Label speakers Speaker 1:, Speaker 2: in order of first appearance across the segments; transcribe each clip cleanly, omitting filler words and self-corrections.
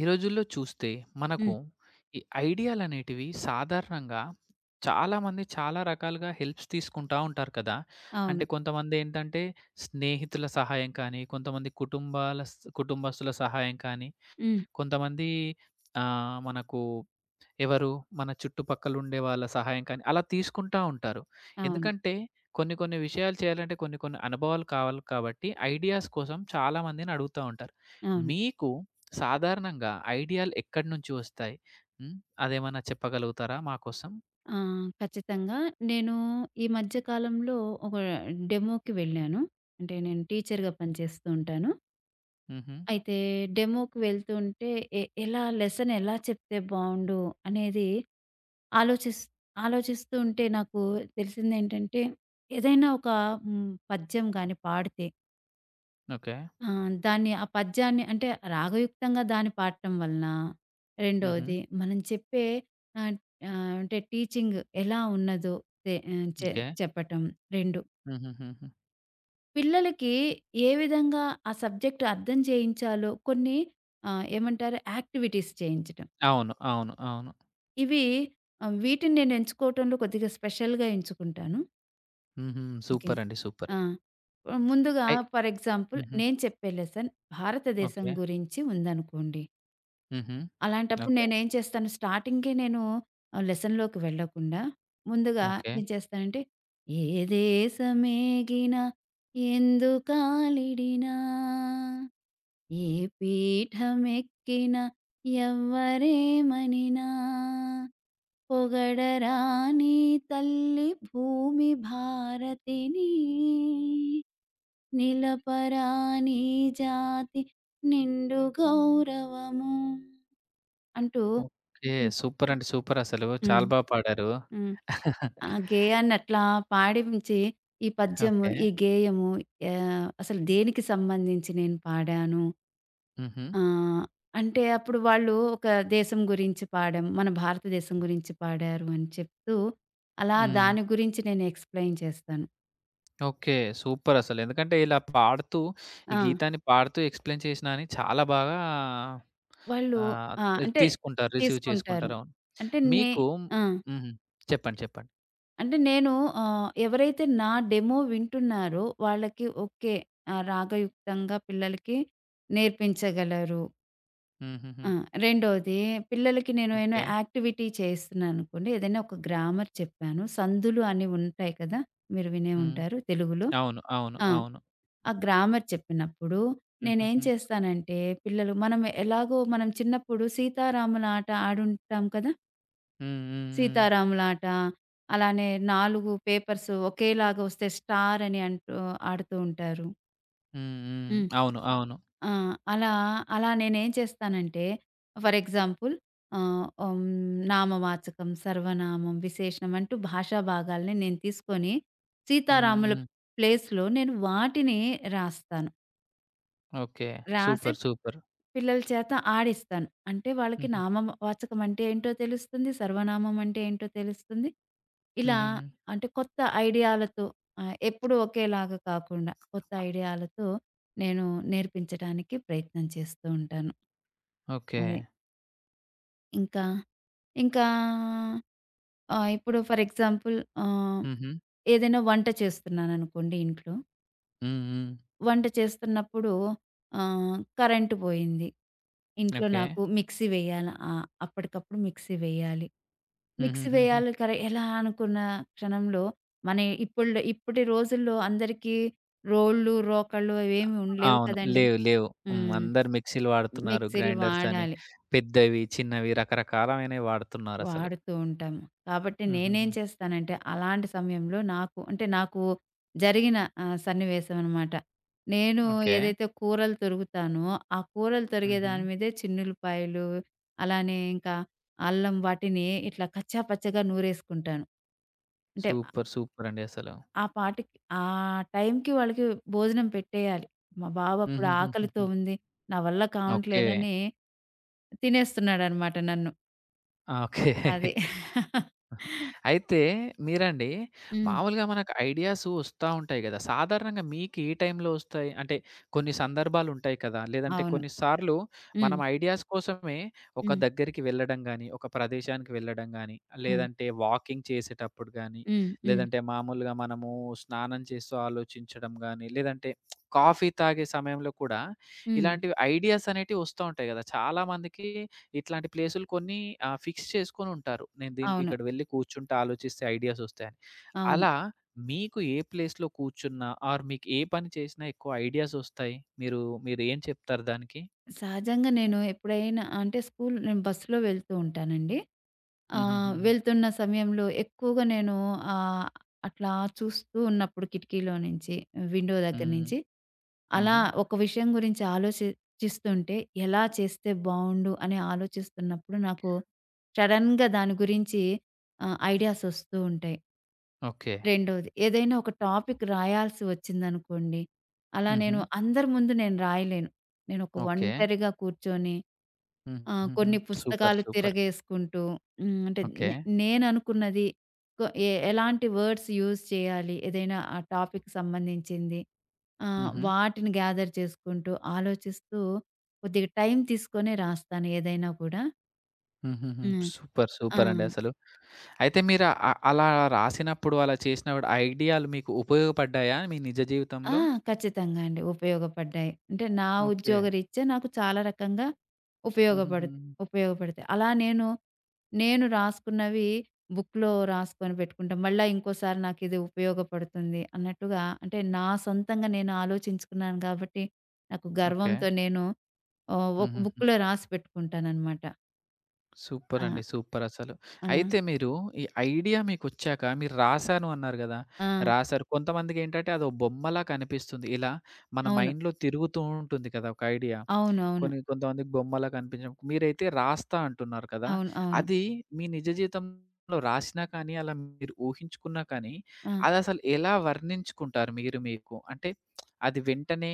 Speaker 1: ఈ రోజుల్లో చూస్తే మనకు
Speaker 2: హ్మ్.
Speaker 1: ఈ ఐడియాలనేటివి సాధారణంగా చాలామంది చాలా రకాలుగా హెల్ప్స్ తీసుకుంటా ఉంటారు కదా! అంటే
Speaker 2: అవును.
Speaker 1: కొంతమంది ఏంటంటే స్నేహితుల సహాయం కానీ, కొంతమంది కుటుంబాల స్ కుటుంబస్తుల సహాయం కానీ,
Speaker 2: హ్మ్.
Speaker 1: కొంతమంది మనకు ఎవరు? మన చుట్టుపక్కలుండే వాళ్ళ సహాయం కానీ, అలా తీసుకుంటా ఉంటారు.
Speaker 2: అవును.
Speaker 1: ఎందుకంటే కొన్ని కొన్ని విషయాలు చేయాలంటే కొన్ని కొన్ని అనుభవాలు కావాలి కాబట్టి, ఐడియాస్ కోసం చాలామందిని అడుగుతా ఉంటారు.
Speaker 2: అవును.
Speaker 1: మీకు సాధారణంగా ఐడియాలు ఎక్కడి నుంచి వస్తాయి? హ్మ్. అదేమన్నా చెప్పగలుగుతారా మాకోసం?
Speaker 2: ఆ! ఖచ్చితంగా. నేను ఈ మధ్య కాలంలో ఒక డెమోకి వెళ్ళాను. అంటే నేను టీచర్‌గా పనిచేస్తూ ఉంటాను.
Speaker 1: హుహు.
Speaker 2: అయితే డెమోకి వెళ్తుంటే ఎలా లెసన్ ఎలా చెప్తే బావుండు అనేది ఆలోచిస్ ఆలోచిస్తూ ఉంటే నాకు తెలిసిందేంటంటే ఏదైనా ఒక పద్యం గాని పాడితే,
Speaker 1: ఓకే.
Speaker 2: ఆ! ఆ పద్యాన్ని అంటే రాగయుక్తంగా దాన్ని పాడటం వలన,
Speaker 1: హుహు.
Speaker 2: రెండోది మనం చెప్పే ఆహ్, ఆహ్, అంటే టీచింగ్ ఎలా ఉన్నదో తె ఆహ్, చె
Speaker 1: ఓకే.
Speaker 2: చెప్పటం. 2,
Speaker 1: హుహుహుహు.
Speaker 2: పిల్లలకి ఏ విధంగా ఆ సబ్జెక్ట్ అర్థం చేయించాలో కొన్ని ఏమంటారు యాక్టివిటీస్ చేయించటం.
Speaker 1: అవును. అవును. అవును.
Speaker 2: ఇవి వీటిని నేను ఎంచుకోవటంలో కొద్దిగా స్పెషల్‌గా ఎంచుకుంటాను.
Speaker 1: హుహు.
Speaker 2: ఓకే.
Speaker 1: సూపర్ అండి. సూపర్.
Speaker 2: ఆ! ముందుగా
Speaker 1: అయి
Speaker 2: ఫర్ ఎగ్జాంపుల్
Speaker 1: హుహు.
Speaker 2: నేను చెప్పే లెసన్ భారతదేశం
Speaker 1: ఓకే.
Speaker 2: గురించి ఉందనుకోండి.
Speaker 1: హుహు.
Speaker 2: అలాంటప్పుడు
Speaker 1: ఓకే.
Speaker 2: నేనేం చేస్తాను, స్టార్టింగ్‌కే నేను లెసన్‌లోకి వెళ్ళకుండా, ముందుగా
Speaker 1: ఓకే.
Speaker 2: ఏం చేస్తానంటే, ఏ దేశమేగిన ఎందుకాలిడినా, ఏ పీఠమెక్కిన ఎవ్వరేమనినా, పొగడరా నీ తల్లి భూమి భారతిని, నిలపరా నీ జాతి నిండు గౌరవము, అంటూ
Speaker 1: ఓకే.
Speaker 2: ఈ
Speaker 1: సూపర్ అండి. సూపర్ అసలు.
Speaker 2: హ్మ్.
Speaker 1: చాలా బా పాడారు.
Speaker 2: హ్మ్. ఆ గేయాన్నట్లా పాడించి, ఈ పద్యము,
Speaker 1: ఓకే.
Speaker 2: ఈ గేయము అసలు దేనికి సంబంధించి నేను పాడాను?
Speaker 1: హుహు.
Speaker 2: ఆహ్, అంటే అప్పుడు వాళ్ళు ఒక దేశం గురించి పాడాం, మన భారతదేశం గురించి పాడారు అని చెప్తూ, అలా
Speaker 1: హ్మ్.
Speaker 2: దాని గురించి నేను ఎక్స్‌ప్లెయిన్ చేస్తాను.
Speaker 1: ఓకే. సూపర్ అసలు. ఎందుకంటే ఇలా పాడుతూ ఈ
Speaker 2: ఆ!
Speaker 1: గీతాన్ని పాడుతూ ఎక్స్‌ప్లెయిన్ చేసినా అని చాలా బాగా
Speaker 2: వాళ్ళు
Speaker 1: ఆహ్,
Speaker 2: ఆ! అంటే
Speaker 1: తీసుకుంటారు. రిసీవ్
Speaker 2: తీసుకుంటారు.
Speaker 1: చేసుకుంటారు. అవును.
Speaker 2: అంటే నే
Speaker 1: మీకు
Speaker 2: ఆ!
Speaker 1: హుహు. చెప్పండి. చెప్పండి.
Speaker 2: అంటే నేను ఎవరైతే నా డెమో వింటున్నారో వాళ్ళకి ఓకే, రాగయుక్తంగా పిల్లలకి నేర్పించగలరు.
Speaker 1: హుహుహు.
Speaker 2: ఆ! రెండోది, పిల్లలకి నేను ఏమైనా
Speaker 1: ఓకే.
Speaker 2: యాక్టివిటీ చేస్తున్నాననుకోండి. ఏదైనా ఒక గ్రామర్ చెప్పాను. సందులు అని ఉంటాయి కదా! మీరు వినే
Speaker 1: హ్మ్.
Speaker 2: ఉంటారు తెలుగులో.
Speaker 1: అవును. అవును.
Speaker 2: ఆ!
Speaker 1: అవును.
Speaker 2: ఆ గ్రామర్ చెప్పినప్పుడు నేనేం
Speaker 1: హుహుహు.
Speaker 2: చేస్తానంటే, పిల్లలు మనం చిన్నప్పుడు సీతారాముల ఆట ఆడుంటాం కదా!
Speaker 1: హ్మ్. హ్మ్. హ్మ్.
Speaker 2: సీతారాములాట, అలానే 4 పేపర్స్ ఒకేలాగా వస్తే స్టార్ అని అంటూ ఆడుతూ ఉంటారు.
Speaker 1: హ్మ్. హ్మ్.
Speaker 2: హ్మ్.
Speaker 1: అవును. అవును.
Speaker 2: ఆ! అలా, అలా, నేనేం చేస్తానంటే ఫర్ ఎగ్జాంపుల్ ఆహ్, హ్మ్, నామవాచకం, సర్వనామం, విశేషణం అంటూ భాషా భాగాల్ని నేను తీసుకొని
Speaker 1: హ్మ్.
Speaker 2: సీతారాముల
Speaker 1: హ్మ్.
Speaker 2: ప్లేస్‌లో నేను వాటిని రాస్తాను.
Speaker 1: ఓకే.
Speaker 2: రాసి
Speaker 1: సూపర్. సూపర్.
Speaker 2: పిల్లల చేత ఆడిస్తాను. అంటే వాళ్ళకి
Speaker 1: హుహు.
Speaker 2: నామవాచకం అంటే ఏంటో తెలుస్తుంది, సర్వనామం అంటే ఏంటో తెలుస్తుంది. ఇలా,
Speaker 1: హుహుహు.
Speaker 2: అంటే కొత్త ఐడియాలతో, ఎప్పుడూ ఒకేలాగా కాకుండా కొత్త ఐడియాలతో నేను నేర్పించడానికి ప్రయత్నం చేస్తూ ఉంటాను.
Speaker 1: ఓకే.
Speaker 2: అదే, ఇంకా, ఇంకా, ఇప్పుడు ఫర్ ఎగ్జాంపుల్ ఆహ్,
Speaker 1: హుహు.
Speaker 2: ఏదైనా వంట చేస్తున్నాననుకోండి ఇంట్లో.
Speaker 1: హ్మ్. హ్మ్.
Speaker 2: వంట చేస్తున్నప్పుడు కరెంట్ పోయింది. ఇంట్లో
Speaker 1: ఓకే.
Speaker 2: నాకు మిక్సీ అప్పటికప్పుడు మిక్సీ వేయాలి. మిక్సీ
Speaker 1: హుహుహుహు.
Speaker 2: వేయాలి ఎలా అనుకున్న క్షణంలో, మన ఇప్పటి రోజుల్లో అందరికీ రోళ్ళు, రోకళ్ళు అవేమి ఉండలేవు
Speaker 1: అవును.
Speaker 2: కదండీ!
Speaker 1: లేవు. లేవు. హ్మ్.
Speaker 2: హ్మ్.
Speaker 1: అందరు మిక్సీలు వాడుతున్నారు.
Speaker 2: మిక్సీలు
Speaker 1: గ్రైండర్స్ అని
Speaker 2: వాడాలి,
Speaker 1: పెద్దవి, చిన్నవి రకరకాలమైనవి వాడుతున్నారసలు.
Speaker 2: వాడుతూ ఉంటాము. కాబట్టి నేనేం
Speaker 1: హుహుహు.
Speaker 2: చేస్తానంటే, అలాంటి సమయంలో నాకు అంటే, జరిగిన సన్నివేశం అనమాట. నేను
Speaker 1: ఓకే.
Speaker 2: ఏదైతే కూరలు తొరుగుతానో, ఆ కూరలు తొరిగే
Speaker 1: హుహు.
Speaker 2: దాని మీదే చిన్నుల్లిపాయలు, అలానే ఇంకా అల్లం, వాటిని ఇట్లా కచ్చా పచ్చాగా నూరేసుకుంటాను. అంటే
Speaker 1: సూపర్. సూపర్ అండి అసలు.
Speaker 2: ఆ పాటికి ఆ టైంకి వాళ్ళకి భోజనం పెట్టేయాలి. మా బావ అప్పుడు ఆకలితో
Speaker 1: హుహుహుహుహు.
Speaker 2: ఉంది. నా వల్ల
Speaker 1: ఓకే.
Speaker 2: కావట్లేదని తినేస్తున్నాడనమాట నన్ను.
Speaker 1: ఆ! ఓకే.
Speaker 2: అది.
Speaker 1: అయితే మీరండి
Speaker 2: హ్మ్.
Speaker 1: మామూలుగా మనకు ఐడియాస్ వస్తా ఉంటాయి కదా! సాధారణంగా మీకు ఏ టైంలో వస్తాయి? అంటే కొన్ని సందర్భాలుంటాయి కదా! లేదంటే
Speaker 2: అవును.
Speaker 1: కొన్నిసార్లు మనం
Speaker 2: హ్మ్.
Speaker 1: ఐడియాస్ కోసమే ఒక
Speaker 2: హ్మ్.
Speaker 1: దగ్గరికి వెళ్ళడం గాని, ఒక ప్రదేశానికి వెళ్ళడం గాని,
Speaker 2: హ్మ్.
Speaker 1: లేదంటే వాకింగ్ చేసేటప్పుడు గాని,
Speaker 2: హ్మ్. హ్మ్.
Speaker 1: లేదంటే మామూలుగా మనము స్నానం చేస్తూ ఆలోచించడం గాని, లేదంటే కాఫీ తాగే సమయంలో కూడా
Speaker 2: హ్మ్.
Speaker 1: ఇలాంటివి ఐడియాస్ అనేటివి వస్తా ఉంటాయి కదా! చాలామందికి ఇట్లాంటి ప్లేసులు కొన్ని ఫిక్స్ చేసుకొనుంటారు. నేను దీనికి
Speaker 2: అవును.
Speaker 1: ఇక్కడ వెళ్లి కూర్చుంటే ఆలోచిస్తే ఐడియాస్ ఒస్తాయని.
Speaker 2: అవును.
Speaker 1: అలా మీకు ఏ ప్లేస్‌లో కూర్చున్నా ఆర్ మీకు ఏ పని చేసినా ఎక్కువ ఐడియాస్ ఒస్తాయి? మీరు మీరేం చెప్తారు దానికి?
Speaker 2: సహజంగా నేను ఎప్పుడైనా అంటే స్కూల్ నేను బస్సులో వెళ్తూ ఉంటానండి.
Speaker 1: హుహుహుహు.
Speaker 2: వెళ్తున్న సమయంలో ఎక్కువగా నేను ఆహ్, అట్లా చూస్తూ ఉన్నప్పుడు కిటికీలో నుంచి, విండో దగ్గర
Speaker 1: హ్మ్.
Speaker 2: నుంచి, అలా
Speaker 1: హుహు.
Speaker 2: ఒక విషయం గురించి ఆలోచిస్తుంటే, ఎలా చేస్తే బావుండు అని ఆలోచిస్తున్నప్పుడు నాకు సడెన్‌గా దాని గురించి ఐడియాస్ వస్తూ ఉంటాయి.
Speaker 1: ఓకే.
Speaker 2: రెండోది, ఏదైనా ఒక టాపిక్ రాయాల్సి వచ్చిందనుకోండి, అలా
Speaker 1: హుహు.
Speaker 2: నేను అందరి ముందు నేను రాయలేను. నేనొక
Speaker 1: ఓకే.
Speaker 2: ఒంటరిగా కూర్చొని
Speaker 1: హుహుహు.
Speaker 2: కొన్ని
Speaker 1: సూపర్.
Speaker 2: పుస్తకాలు
Speaker 1: సూపర్.
Speaker 2: తిరగేసుకుంటూ, అంటే
Speaker 1: ఓకే.
Speaker 2: నే నేననుకున్నది, కొ ఎ ఎలాంటి వర్డ్స్ యూజ్ చేయాలి, ఏదైనా ఆ టాపిక్‌కి సంబంధించింది
Speaker 1: హుహు.
Speaker 2: వాటిని గ్యాదర్ చేసుకుంటూ, ఆలోచిస్తూ, కొద్దిగా టైం తీసుకొనే రాస్తాను ఏదైనా కూడా.
Speaker 1: హుహుహు.
Speaker 2: హ్మ్.
Speaker 1: సూపర్.
Speaker 2: ఆ!
Speaker 1: సూపర్ అండి అసలు. అయితే మీరు అలా రాసినప్పుడు, అలా చేసినప్పుడు ఐడియాలు మీకు ఉపయోగపడ్డాయా మీ నిజ
Speaker 2: ఆ!
Speaker 1: జీవితంలో?
Speaker 2: ఖచ్చితంగా అండి. ఉపయోగపడ్డాయి. అంటే నా
Speaker 1: ఓకే.
Speaker 2: ఉద్యోగరీత్యా నాకు చాలా రకంగా ఉపయోగపడు
Speaker 1: హుహుహు.
Speaker 2: ఉపయోగపడతాయి. అలా నేను, రాసుకున్నవి బుక్‌లో రాసుకొని పెట్టుకుంటా. మళ్ళా ఇంకోసారి నాకిది ఉపయోగపడుతుంది అన్నట్టుగా, అంటే నా సొంతంగా నేను ఆలోచించుకున్నాను కాబట్టి నాకు
Speaker 1: ఓకే.
Speaker 2: గర్వంతో నేను ఒక
Speaker 1: హుహుహు.
Speaker 2: బుక్‌లో రాసి పెట్టుకుంటాననమాట. ఆ!
Speaker 1: సూపరండి. సూపరసలు.
Speaker 2: ఆ!
Speaker 1: అయితే మీరు ఈ ఐడియా మీకొచ్చాక మీరు రాసాను అన్నారు గదా!
Speaker 2: ఆ!
Speaker 1: రాసారు. కొంతమందికేంటంటే అదో బొమ్మలా కనిపిస్తుంది. ఇలా మన
Speaker 2: అవును.
Speaker 1: మైండ్‌లో తిరుగుతూ ఉంటుంది కదా! ఒక ఐడియా.
Speaker 2: అవునవును.
Speaker 1: కొన్ని కొంతమందికి బొమ్మలా కనిపించడం. మీరైతే రాస్తా అంటున్నారు కదా!
Speaker 2: అవును. అవును.
Speaker 1: అది మీ నిజ జీవితంలో రాసినా కానీ, అలా మీరు ఊహించుకున్నా కానీ,
Speaker 2: ఆ!
Speaker 1: అదసలు ఎలా వర్ణించుకుంటారు మీరు మీకు? అంటే అది వెంటనే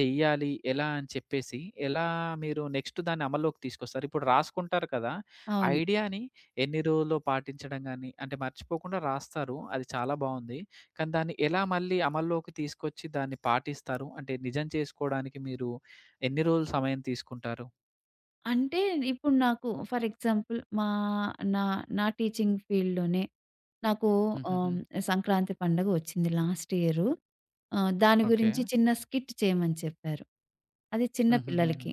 Speaker 1: చెయ్యాలి ఎలా అని చెప్పేసి, ఎలా మీరు నెక్స్ట్ దాన్ని అమల్లోకి తీసుకొస్తారు? ఇప్పుడు రాసుకుంటారు కదా!
Speaker 2: అవును.
Speaker 1: ఐడియాని ఎన్ని రోజుల్లో పాటించడం గాని, అంటే మర్చిపోకుండా రాస్తారు. అది చాలా బావుంది. కానీ దాన్ని ఎలా మళ్ళీ అమల్లోకి తీసుకొచ్చి దాన్ని పాటిస్తారు? అంటే నిజం చేసుకోవడానికి మీరు ఎన్ని రోజులు సమయం తీసుకుంటారు?
Speaker 2: అంటే ఇప్పుడు నాకు ఫర్ ఎగ్జాంపుల్ మా నా నా టీచింగ్ ఫీల్డ్‌లోనే నాకు
Speaker 1: హుహుహు.
Speaker 2: ఆహ్, సంక్రాంతి పండుగ వచ్చింది లాస్ట్ ఇయరు. దాని
Speaker 1: ఓకే.
Speaker 2: గురించి చిన్న స్కిట్ చేయమని చెప్పారు. అది చిన్న
Speaker 1: హుహుహుహు.
Speaker 2: పిల్లలకి.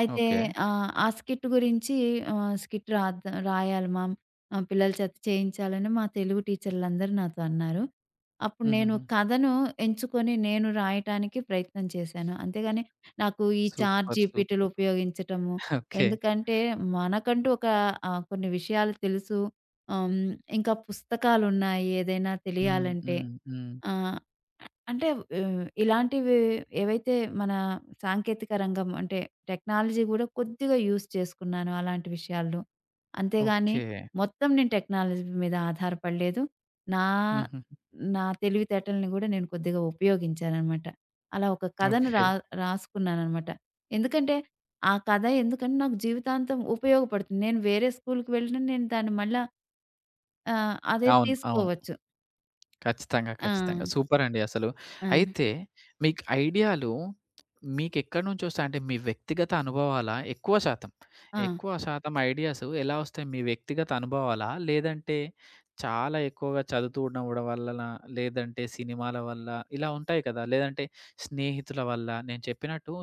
Speaker 2: అయితే
Speaker 1: ఓకే.
Speaker 2: ఆ స్కిట్ గురించి, "స్కిట్ రాయాలి మామ్, పిల్లల చేత చేయించాలని" మా తెలుగు టీచర్లందరూ నాతో అన్నారు. అప్పుడు నేను
Speaker 1: హుహుహు.
Speaker 2: కథను ఎంచుకొని నేను రాయటానికి ప్రయత్నం చేశాను. అంతేగాని నాకు ఈ చాట్
Speaker 1: సూపర్.
Speaker 2: జీపీటీలు
Speaker 1: సూపర్.
Speaker 2: ఉపయోగించటము.
Speaker 1: ఓకే.
Speaker 2: ఎందుకంటే మనకంటూ ఒక, కొన్ని విషయాలు తెలుసు. ఆహ్, హ్మ్. ఇంకా పుస్తకాలున్నాయి ఏదైనా
Speaker 1: హ్మ్.
Speaker 2: తెలియాలంటే.
Speaker 1: హ్మ్. హ్మ్.
Speaker 2: ఆ! అంటే ఇలాంటివి ఏవైతే మన సాంకేతిక రంగం అంటే టెక్నాలజీ గూడా కొద్దిగా యూజ్ చేసుకున్నాను అలాంటి విషయాల్లో. అంతేగాని
Speaker 1: ఓకే.
Speaker 2: మొత్తం నేను టెక్నాలజీ మీద ఆధారపడలేదు. నా
Speaker 1: హుహు.
Speaker 2: నా తెలివితేటలని గూడా నేను కొద్దిగా ఉపయోగించాననమాట. అలా ఒక కథను
Speaker 1: ఓకే.
Speaker 2: రాసుకున్నాననమాట. ఎందుకంటే ఆ కథ, ఎందుకంటే నాకు జీవితాంతం ఉపయోగపడుతుంది. నేను వేరే స్కూలుకి వెళ్ళినా నేను దాన్ని మళ్ళా అదే
Speaker 1: అవును. అవును.
Speaker 2: తీసుకోవచ్చు.
Speaker 1: ఖచ్చితంగా.
Speaker 2: ఆ!
Speaker 1: ఖచ్చితంగా. సూపరండి అసలు.
Speaker 2: ఆ!
Speaker 1: అయితే మీకు ఐడియాలు మీకెక్కడి నుంచొస్తాయి? అంటే మీ వ్యక్తిగత అనుభవాలా ఎక్కువ శాతం?
Speaker 2: ఆ!
Speaker 1: ఎక్కువ శాతం ఐడియాస్ ఎలా వస్తాయి? మీ వ్యక్తిగత అనుభవాలా? లేదంటే చాలా ఎక్కువగా చదువుతూ ఉండడం వల్లనా? లేదంటే సినిమాల వల్ల? ఇలా ఉంటాయి కదా! లేదంటే స్నేహితుల వల్ల? నేను చెప్పినట్టు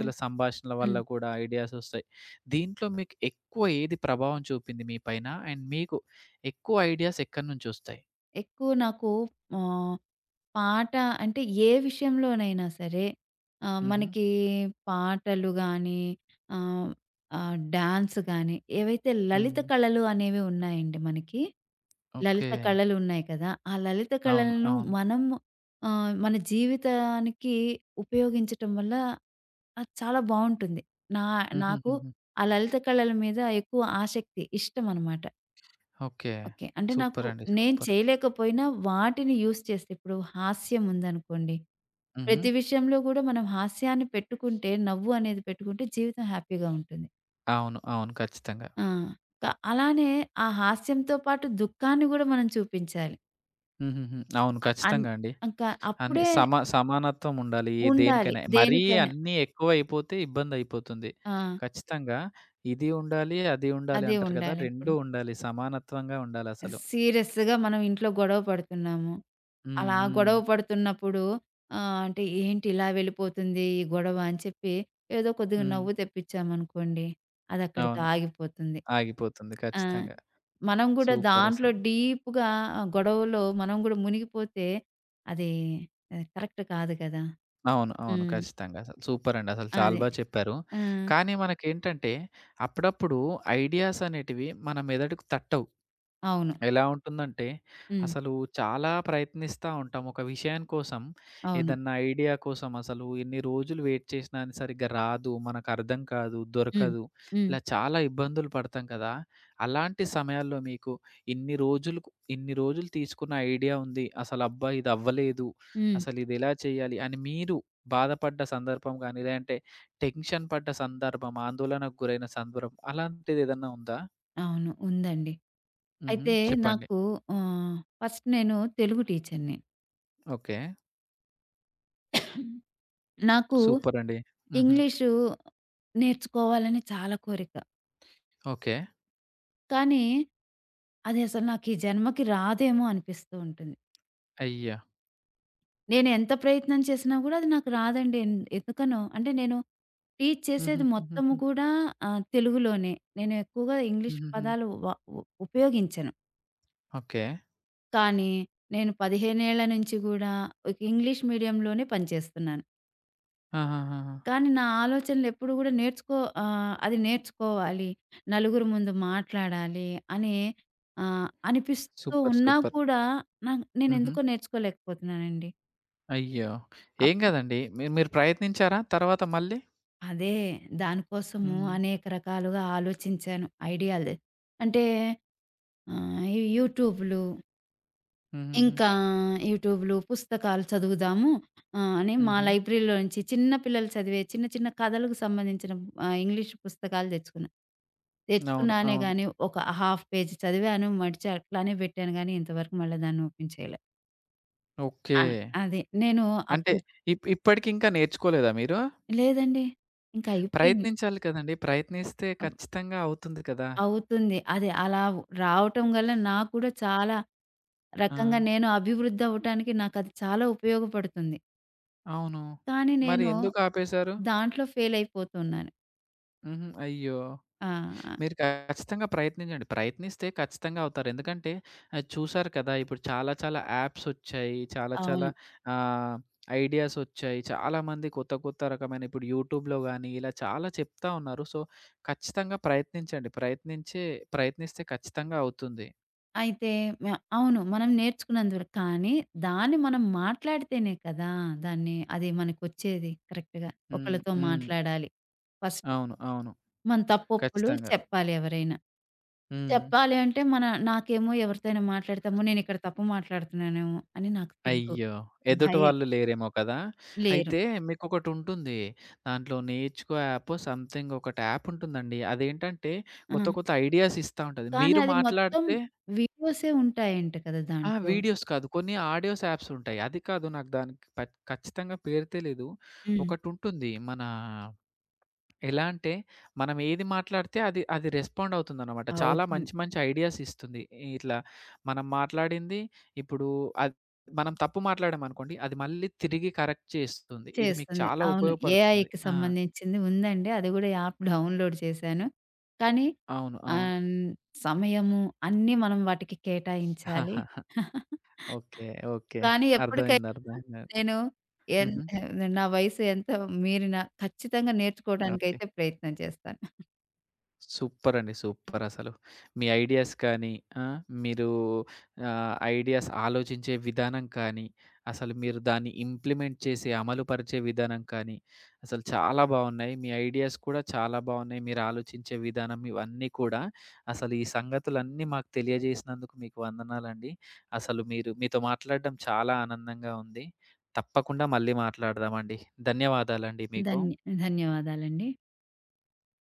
Speaker 2: ఆ!
Speaker 1: సంభాషణల వల్ల
Speaker 2: హ్మ్.
Speaker 1: కూడా ఐడియాస్ వస్తాయి. దీంట్లో మీకు ఎక్కువ ఏది ప్రభావం చూపింది మీ పైన? అండ్ మీకు ఎక్కువ ఐడియాస్ ఎక్కడి నుంచొస్తాయి?
Speaker 2: ఎక్కువ నాకు ఆహ్, పాట, అంటే ఏ విషయంలోనైనా సరే
Speaker 1: హుహు.
Speaker 2: మనకి పాటలు గానీ, ఆహ్, ఆహ్, డాన్స్ గానీ, ఏవైతే లలిత
Speaker 1: హ్మ్.
Speaker 2: కళలు అనేవి ఉన్నాయండి మనకి.
Speaker 1: ఓకే.
Speaker 2: లలిత కళలు ఉన్నాయి కదా! ఆ లలిత
Speaker 1: అవును.
Speaker 2: కళలను
Speaker 1: అవును.
Speaker 2: మనం మన జీవితానికి ఉపయోగించటం వల్ల అది చాలా బావుంటుంది. నా నాకు
Speaker 1: హుహుహుహు.
Speaker 2: ఆ లలిత కళల మీద ఎక్కువ ఆసక్తి, ఇష్టమనమాట.
Speaker 1: ఓకే.
Speaker 2: ఓకే. అంటే నాకు,
Speaker 1: సూపరండి.
Speaker 2: నేను
Speaker 1: సూపర్.
Speaker 2: చేయలేకపోయినా వాటిని యూజ్ చేస్తే, ఇప్పుడు హాస్యం ఉందనుకోండి,
Speaker 1: హుహు.
Speaker 2: ప్రతి విషయంలో గూడా మనం హాస్యాన్ని పెట్టుకుంటే, నవ్వు అనేది పెట్టుకుంటే జీవితం హ్యాపీగా ఉంటుంది.
Speaker 1: అవును. అవును. ఖచ్చితంగా.
Speaker 2: ఆ! క అలానే ఆ హాస్యంతో పాటు దుఃఖాన్ని గూడా మనం చూపించాలి.
Speaker 1: హుహుహు. అవును.
Speaker 2: అ అన్
Speaker 1: ఖచ్చితంగా అండి.
Speaker 2: ఇంకా
Speaker 1: అన్ని
Speaker 2: అప్పుడే
Speaker 1: సమా సమానత్వం ఉండాలి. ఏ
Speaker 2: ఉండాలి
Speaker 1: దేనికైనా. మరీ
Speaker 2: దేనికైనా.
Speaker 1: అన్నీ ఎక్కువైపోతే ఇబ్బందయిపోతుంది.
Speaker 2: ఆ!
Speaker 1: ఖచ్చితంగా ఇది ఉండాలి, అది ఉండాలి
Speaker 2: అదే
Speaker 1: అంటారు కదా!
Speaker 2: ఉండాలి
Speaker 1: 2
Speaker 2: ఇప్పుడు.
Speaker 1: ఉండాలి. సమానత్వంగా ఉండాలసలు.
Speaker 2: సీరియస్‌గా మనం ఇంట్లో గొడవ పడుతున్నాము.
Speaker 1: హ్మ్.
Speaker 2: అలా
Speaker 1: హ్మ్.
Speaker 2: గొడవ పడుతున్నప్పుడు అంటే ఏంటి, ఇలా వెళ్ళిపోతుంది ఈ గొడవ అని చెప్పి ఏదో కొద్దిగా
Speaker 1: హ్మ్.
Speaker 2: నవ్వు తెప్పించామనుకోండి, అదక్కడితో
Speaker 1: అవును.
Speaker 2: ఆగిపోతుంది.
Speaker 1: ఆగిపోతుంది.
Speaker 2: ఆ!
Speaker 1: ఖచ్చితంగా.
Speaker 2: మనం గూడా దాంట్లో
Speaker 1: సూపరసలు.
Speaker 2: డీప్‌గా, ఆ గొడవలో మనం గూడా మునిగిపోతే అది కరెక్ట్ కాదు కదా!
Speaker 1: అవును. అవును.
Speaker 2: హ్మ్.
Speaker 1: ఖచ్చితంగా. అసలు సూపరండి. అసలు చాలా
Speaker 2: అదే.
Speaker 1: బా చెప్పారు.
Speaker 2: ఆ!
Speaker 1: కానీ మనకేంటంటే అప్పుడప్పుడు ఐడియాస్ అనేటివి మన మెదడుకు తట్టవు.
Speaker 2: అవును.
Speaker 1: ఎలా ఉంటుందంటే,
Speaker 2: హ్మ్.
Speaker 1: అసలు చాలా ప్రయత్నిస్తా ఉంటాం ఒక విషయం కోసం.
Speaker 2: అవును.
Speaker 1: ఏదన్నా ఐడియా కోసం అసలు ఎన్ని రోజులు వెయిట్ చేసినా అది సరిగ్గా రాదు, మనకర్థం కాదు,
Speaker 2: హ్మ్.
Speaker 1: దొరకదు.
Speaker 2: హ్మ్.
Speaker 1: ఇలా చాలా ఇబ్బందులు పడతాం కదా! అలాంటి సమయాల్లో మీకు ఇన్ని రోజులుకు ఇన్ని రోజులు తీసుకున్న ఐడియా ఉంది. అసలబ్బా! ఇది అవ్వలేదు.
Speaker 2: హ్మ్.
Speaker 1: అసలిదెలా చేయాలి అని మీరు బాధపడ్డ సందర్భం గానీ, లేదంటే టెన్షన్ పడ్డ సందర్భం, ఆందోళనకు గురైన సందర్భం అలాంటిదేదన్నా ఉందా?
Speaker 2: అవును. ఉందండి.
Speaker 1: హుహు.
Speaker 2: అయితే
Speaker 1: చెప్పండి.
Speaker 2: నాకు ఆహ్, ఫస్ట్, నేను తెలుగు టీచర్‌ని.
Speaker 1: ఓకే.
Speaker 2: నాకు
Speaker 1: సూపరండి. హుహు.
Speaker 2: ఇంగ్లీషు నేర్చుకోవాలని చాలా కోరిక.
Speaker 1: ఓకే.
Speaker 2: కానీ, అది అసలు నాకు ఈ జన్మకి రాదేమో అనిపిస్తూ ఉంటుంది.
Speaker 1: అయ్యా!
Speaker 2: నేను ఎంత ప్రయత్నం చేసినా గూడా అది నాకు రాదండి. ఎందుకనో అంటే, నేను టీచ్ చేసేది మొత్తము
Speaker 1: హుహుహుహుహు.
Speaker 2: కూడా తెలుగులోనే. నేను ఎక్కువగా ఇంగ్లీష్
Speaker 1: హుహుహు.
Speaker 2: పదాలు వ ఉ ఉపయోగించను.
Speaker 1: ఓకే.
Speaker 2: కానీ, నేను 15 ఏళ్ల నుంచి గూడా ఒక ఇంగ్లీష్ మీడియంలోనే పనిచేస్తున్నాను.
Speaker 1: ఆహాహాహా!
Speaker 2: కానీ నా ఆలోచనలెప్పుడు గూడా, అది నేర్చుకోవాలి, నలుగురు ముందు మాట్లాడాలి అని అనిపిస్తూ
Speaker 1: సూపర్.
Speaker 2: ఉన్నా
Speaker 1: సూపర్.
Speaker 2: కూడా నాకు,
Speaker 1: హుహు.
Speaker 2: నేనెందుకో నేర్చుకోలేకపోతున్నానండి.
Speaker 1: అయ్యో! ఏం
Speaker 2: అప్పుడు
Speaker 1: కాదండి. మీరు మీరు ప్రయత్నించారా తర్వాత మళ్ళీ?
Speaker 2: అదే, దానికోసము
Speaker 1: హుహు.
Speaker 2: అనేక రకాలుగా ఆలోచించాను ఐడియాలు. అంటే ఈ యూట్యూబ్‌లు,
Speaker 1: హుహుహు.
Speaker 2: ఇంకా యూట్యూబ్‌లు, పుస్తకాలు చదువుదాము అని మా
Speaker 1: హుహు.
Speaker 2: లైబ్రరీలో నుంచి చిన్న పిల్లలు చదివే చిన్న చిన్న కథలకు సంబంధించిన ఇంగ్లీష్ పుస్తకాలు తెచ్చుకున్నా.
Speaker 1: అవును.
Speaker 2: తెచ్చుకున్నానే
Speaker 1: అవును.
Speaker 2: గాని ఒక హాఫ్ పేజ్ చదివాను, మడిచి అట్లానే పెట్టాను గానీ ఇంతవరకు మళ్ళా దాన్ని ఓపెన్ చేయలే.
Speaker 1: ఓకే.
Speaker 2: ఆ! అదే. నేను
Speaker 1: అంటే
Speaker 2: అప్పుడు,
Speaker 1: ఇప్పటికింకా నేర్చుకోలేదా మీరు?
Speaker 2: లేదండి. ఇంకా అయిపోయింది.
Speaker 1: ప్రయత్నించాలి కదండీ! ప్రయత్నిస్తే
Speaker 2: అవ్
Speaker 1: ఖచ్చితంగా అవుతుంది కదా!
Speaker 2: అవుతుంది. అది అలా రావటం వల్ల నాకు కూడా చాలా
Speaker 1: ఆ!
Speaker 2: రకంగా నేను అభివృద్ధి అవ్వటానికి నాకది చాలా ఉపయోగపడుతుంది.
Speaker 1: అవును.
Speaker 2: కానీ
Speaker 1: మరి
Speaker 2: నేను
Speaker 1: ఎందుకు ఆపేశారు?
Speaker 2: దాంట్లో ఫెయిల్ అయిపోతున్నాను.
Speaker 1: హుహు. అయ్యో!
Speaker 2: ఆ!
Speaker 1: మీరు ఖచ్చితంగా ప్రయత్నించండి. ప్రయత్నిస్తే ఖచ్చితంగా అవుతారు. ఎందుకంటే చూసారు కదా! ఇప్పుడు చాలా చాలా యాప్స్ వచ్చాయి. చాలా చాలా
Speaker 2: అవును.
Speaker 1: ఆహ్, ఐడియాస్ వచ్చాయి. చాలామంది కొత్త కొత్త రకమైన ఇప్పుడు యూట్యూబ్‌లో గాని ఇలా చాలా చెప్తా ఉన్నారు. సో, ఖచ్చితంగా ప్రయత్నించండి. ప్రయత్నిస్తే ఖచ్చితంగా అవుతుంది.
Speaker 2: అయితే, మ అవును, మనం నేర్చుకున్నందు వరకు కానీ దాన్ని మనం మాట్లాడితేనే కదా దాన్ని, అది మనకొచ్చేది కరెక్ట్‌గా.
Speaker 1: హ్మ్.
Speaker 2: ఒకళ్ళతో
Speaker 1: హ్మ్.
Speaker 2: మాట్లాడాలి ఫస్ట్.
Speaker 1: అవును. అవును.
Speaker 2: మన తప్పొప్పులు
Speaker 1: ఖచ్చితంగా.
Speaker 2: చెప్పాలి ఎవరైనా.
Speaker 1: హ్మ్.
Speaker 2: చెప్పాలి అంటే మన, నాకేమో ఎవరితోనైనా మాట్లాడితే, అమ్మో! నేనిక్కడ తప్పు మాట్లాడుతున్నానేమో అని నాకు సిగ్గు,
Speaker 1: అయ్యో! ఎదుటి
Speaker 2: భయం.
Speaker 1: వాళ్ళు లేరేమో కదా!
Speaker 2: లేరు.
Speaker 1: అయితే మీకొకటుంటుంది. దాంట్లో నేర్చుకో యాపో సంథింగ్ ఒకటి యాప్ ఉంటుందండి. అదేంటంటే
Speaker 2: ఆ!
Speaker 1: కొత్త కొత్త ఐడియాస్ ఇస్తా ఉంటది.
Speaker 2: కానీ
Speaker 1: మీరు
Speaker 2: అది మొత్తం
Speaker 1: మాట్లాడితే
Speaker 2: వీడియోసే ఉంటాయంట కదా
Speaker 1: ఆ!
Speaker 2: దాంట్లో.
Speaker 1: వీడియోస్ కాదు. కొన్ని ఆడియోస్ యాప్స్ ఉంటాయి. అది కాదు నాకు దానికి ప ఖచ్చితంగా పేరు తెలీదు.
Speaker 2: హ్మ్.
Speaker 1: ఒకటుంటుంది మన ఎలా అంటే, మనం ఏది మాట్లాడితే అది రెస్పాండ్ అవుతుందనమాట. చాలా
Speaker 2: అవుతుంది.
Speaker 1: మంచి మంచి ఐడియాస్ ఇస్తుంది. ఇట్లా మనం మాట్లాడింది ఇప్పుడు అద్ మనం తప్పు మాట్లాడామనుకోండి, అది మళ్ళీ తిరిగి కరెక్ట్ చేస్తుంది. ఇది మీకు
Speaker 2: చేస్తుంది.
Speaker 1: చాలా
Speaker 2: అవును.
Speaker 1: ఉపయోగపడుతుంది.
Speaker 2: ఏఐకి
Speaker 1: ఆ!
Speaker 2: సంబంధించింది ఉందండి. అది గూడా యాప్ డౌన్‌లోడ్ చేశాను. కానీ
Speaker 1: అవును. అవును.
Speaker 2: ఆహ్, సమయము, అన్నీ మనం వాటికి కేటాయించాలి.
Speaker 1: ఓకే. ఓకే.
Speaker 2: కానీ
Speaker 1: అర్థమైంది.
Speaker 2: ఎప్పటికైనా
Speaker 1: అర్థమైంది.
Speaker 2: నేను ఎన్
Speaker 1: హుహు.
Speaker 2: నా వయసు ఎంతో మీరిన, ఖచ్చితంగా
Speaker 1: ఓకే.
Speaker 2: నేర్చుకోవడానికైతే ప్రయత్నం చేస్తాను.
Speaker 1: సూపర్ అండి. సూపరసలు. మీ ఐడియాస్ కానీ, ఆ! మీరు ఐడియాస్ ఆలోచించే విధానం కానీ, అసలు మీరు దాన్ని ఇంప్లిమెంట్ చేసి అమలుపరిచే విధానం కానీ, అసలు చాలా బావున్నాయి. మీ ఐడియాస్ కూడా చాలా బావున్నాయి. మీరు ఆలోచించే విధానం ఇవన్నీ కూడా అసలు ఈ సంగతులన్నీ మాకు తెలియజేసినందుకు మీకు వందనాలండి. అసలు మీరు మీతో మాట్లాడడం చాలా ఆనందంగా ఉంది. తప్పకుండా మళ్ళీ మాట్లాడదామండి. ధన్యవాదాలండి మీకు.
Speaker 2: ధన్య ధన్యవాదాలండి.